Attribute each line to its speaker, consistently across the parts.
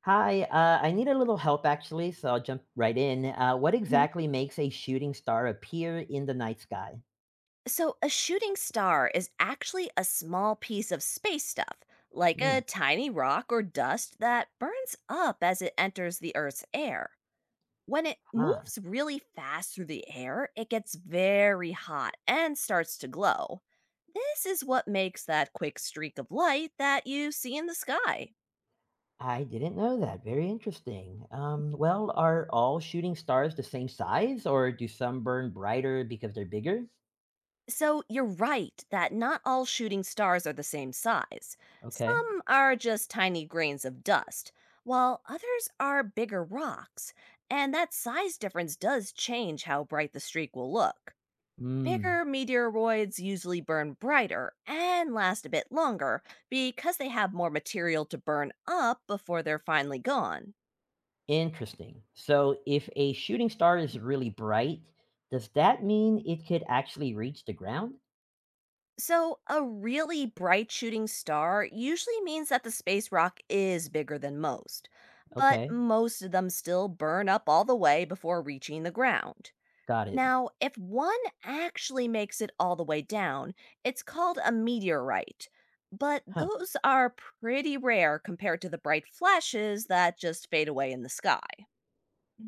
Speaker 1: Hi, I need a little help actually, so I'll jump right in. What
Speaker 2: Mhm.
Speaker 1: exactly makes a shooting star appear in the night sky?
Speaker 2: So, a shooting star is actually a small piece of space stuff, like
Speaker 1: Hmm,
Speaker 2: a tiny rock or dust that burns up as it enters the Earth's air. When it
Speaker 1: huh.
Speaker 2: moves really fast through the air, it gets very hot and starts to glow. This is what makes that quick streak of light that you see in the sky.
Speaker 1: I didn't know that. Very interesting. Well, are all shooting stars the same size, or do some burn brighter because they're bigger?
Speaker 2: So you're right that not all shooting stars are the same size.
Speaker 1: Okay.
Speaker 2: Some are just tiny grains of dust, while others are bigger rocks. And that size difference does change how bright the streak will look.
Speaker 1: Hmm,
Speaker 2: Bigger meteoroids usually burn brighter and last a bit longer because they have more material to burn up before they're finally gone.
Speaker 1: interesting. So, if a shooting star is really bright, does that mean it could actually reach the ground?
Speaker 2: So, a really bright shooting star usually means that the space rock is bigger than most, but
Speaker 1: Okay,
Speaker 2: most of them still burn up all the way before reaching the ground.
Speaker 1: got it.
Speaker 2: Now, if one actually makes it all the way down, it's called a meteorite, but
Speaker 1: Huh.
Speaker 2: those are pretty rare compared to the bright flashes that just fade away in the sky.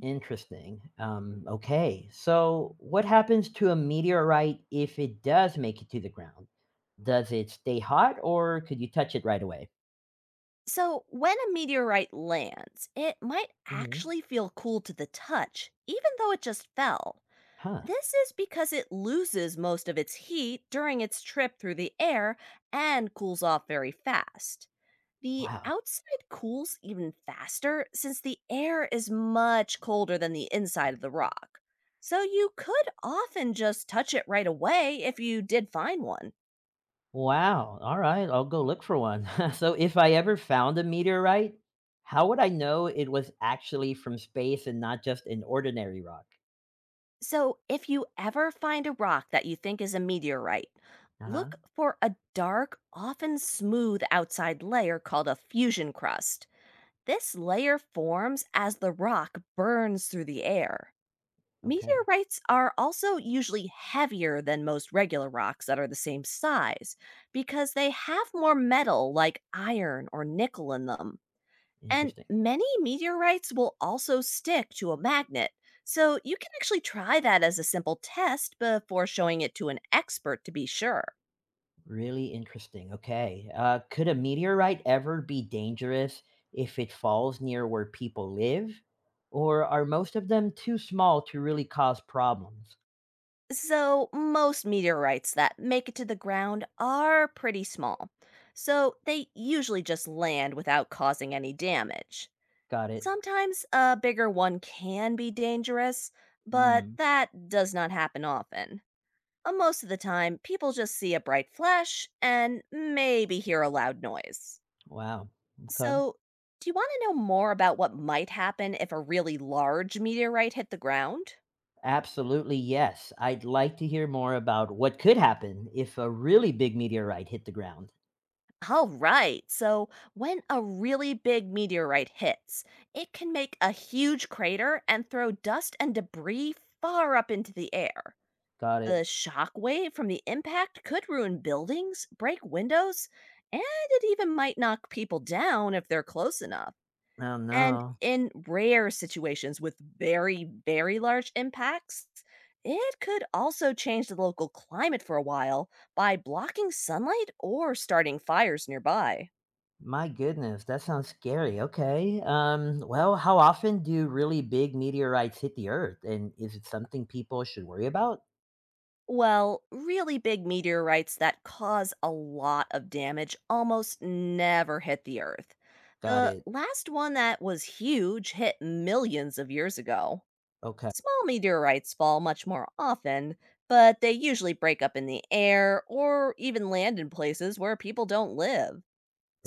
Speaker 1: Interesting. Okay. So, what happens to a meteorite if it does make it to the ground? Does it stay hot or could you touch it right away?
Speaker 2: So, when a meteorite lands, it might
Speaker 1: Hmm.
Speaker 2: actually feel cool to the touch, even though it just fell.
Speaker 1: Huh.
Speaker 2: This is because it loses most of its heat during its trip through the air and cools off very fast. The
Speaker 1: Wow.
Speaker 2: outside cools even faster since the air is much colder than the inside of the rock. So you could often just touch it right away if you did find one.
Speaker 1: Wow. All right. I'll go look for one. So, if I ever found a meteorite, how would I know it was actually from space and not just an ordinary rock?
Speaker 2: So if you ever find a rock that you think is a meteorite,
Speaker 1: Uh huh.
Speaker 2: look for a dark, often smooth outside layer called a fusion crust. This layer forms as the rock burns through the air.
Speaker 1: Okay.
Speaker 2: Meteorites are also usually heavier than most regular rocks that are the same size because they have more metal like iron or nickel in them. And
Speaker 1: Interesting.
Speaker 2: many meteorites will also stick to a magnet, so you can actually try that as a simple test before showing it to an expert to be sure.
Speaker 1: Really interesting. Okay. Could a meteorite ever be dangerous if it falls near where people live? Or are most of them too small to really cause problems?
Speaker 2: So, most meteorites that make it to the ground are pretty small, so they usually just land without causing any damage.
Speaker 1: Got it.
Speaker 2: Sometimes a bigger one can be dangerous, but
Speaker 1: Hmm.
Speaker 2: that does not happen often. Most of the time, people just see a bright flash and maybe hear a loud noise.
Speaker 1: Wow. Okay.
Speaker 2: So, do you want to know more about what might happen if a really large meteorite hit the ground?
Speaker 1: Absolutely, yes. I'd like to hear more about what could happen if a really big meteorite hit the ground.
Speaker 2: All right. So, when a really big meteorite hits, it can make a huge crater and throw dust and debris far up into the air.
Speaker 1: Got
Speaker 2: The
Speaker 1: it.
Speaker 2: shock wave from the impact could ruin buildings, break windows, and it even might knock people down if they're close enough.
Speaker 1: Oh,
Speaker 2: And
Speaker 1: no.
Speaker 2: in rare situations with very, very large impacts, it could also change the local climate for a while by blocking sunlight or starting fires nearby.
Speaker 1: My goodness, that sounds scary. Okay. Well, how often do really big meteorites hit the Earth? And is it something people should worry about?
Speaker 2: Well, really big meteorites that cause a lot of damage almost never hit the Earth.
Speaker 1: Got
Speaker 2: The
Speaker 1: it.
Speaker 2: last one that was huge hit millions of years ago.
Speaker 1: Okay.
Speaker 2: Small meteorites fall much more often, but they usually break up in the air or even land in places where people don't live.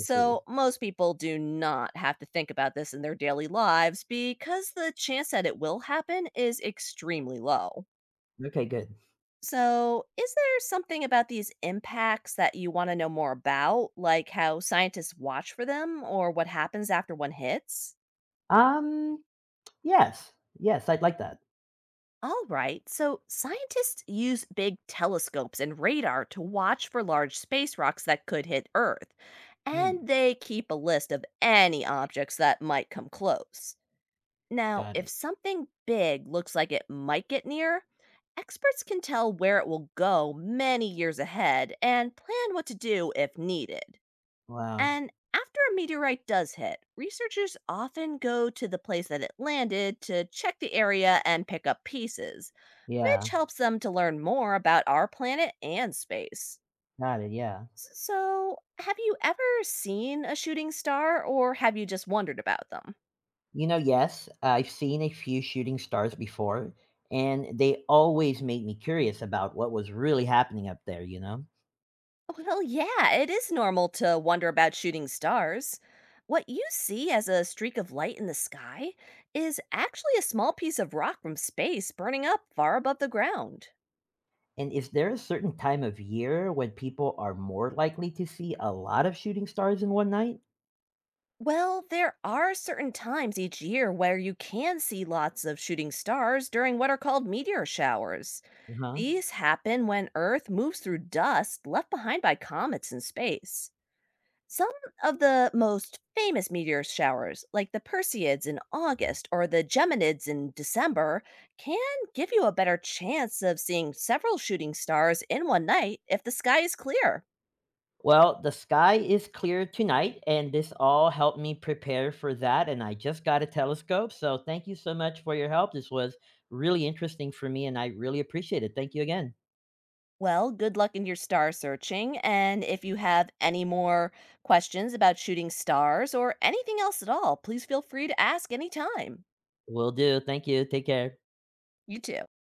Speaker 1: I see.
Speaker 2: most people do not have to think about this in their daily lives because the chance that it will happen is extremely low.
Speaker 1: Okay, good.
Speaker 2: So, is there something about these impacts that you want to know more about, like how scientists watch for them or what happens after one hits?
Speaker 1: Um, yes. Yes, I'd like that.
Speaker 2: All right, so scientists use big telescopes and radar to watch for large space rocks that could hit Earth, and
Speaker 1: Hmm,
Speaker 2: they keep a list of any objects that might come close. Now,
Speaker 1: got
Speaker 2: if
Speaker 1: it.
Speaker 2: something big looks like it might get near, experts can tell where it will go many years ahead and plan what to do if needed.
Speaker 1: Wow.
Speaker 2: And after a meteorite does hit, researchers often go to the place that it landed to check the area and pick up pieces, which
Speaker 1: Yeah.
Speaker 2: helps them to learn more about our planet and space.
Speaker 1: Got it. Yeah.
Speaker 2: So, have you ever seen a shooting star or have you just wondered about them?
Speaker 1: You know, yes, I've seen a few shooting stars before, and they always made me curious about what was really happening up there,
Speaker 2: Well, yeah, it is normal to wonder about shooting stars. What you see as a streak of light in the sky is actually a small piece of rock from space burning up far above the ground.
Speaker 1: And is there a certain time of year when people are more likely to see a lot of shooting stars in one night?
Speaker 2: Well, there are certain times each year where you can see lots of shooting stars during what are called meteor showers.
Speaker 1: Uh-huh.
Speaker 2: These happen when Earth moves through dust left behind by comets in space. Some of the most famous meteor showers, like the Perseids in August or the Geminids in December, can give you a better chance of seeing several shooting stars in one night if the sky is clear.
Speaker 1: Well, the sky is clear tonight, and this all helped me prepare for that. And I just got a telescope. So thank you so much for your help. This was really interesting for me, and I really appreciate it. Thank you again.
Speaker 2: Well, good luck in your star searching. And if you have any more questions about shooting stars or anything else at all, please feel free to ask anytime.
Speaker 1: Will do. Thank you. Take care.
Speaker 2: You too.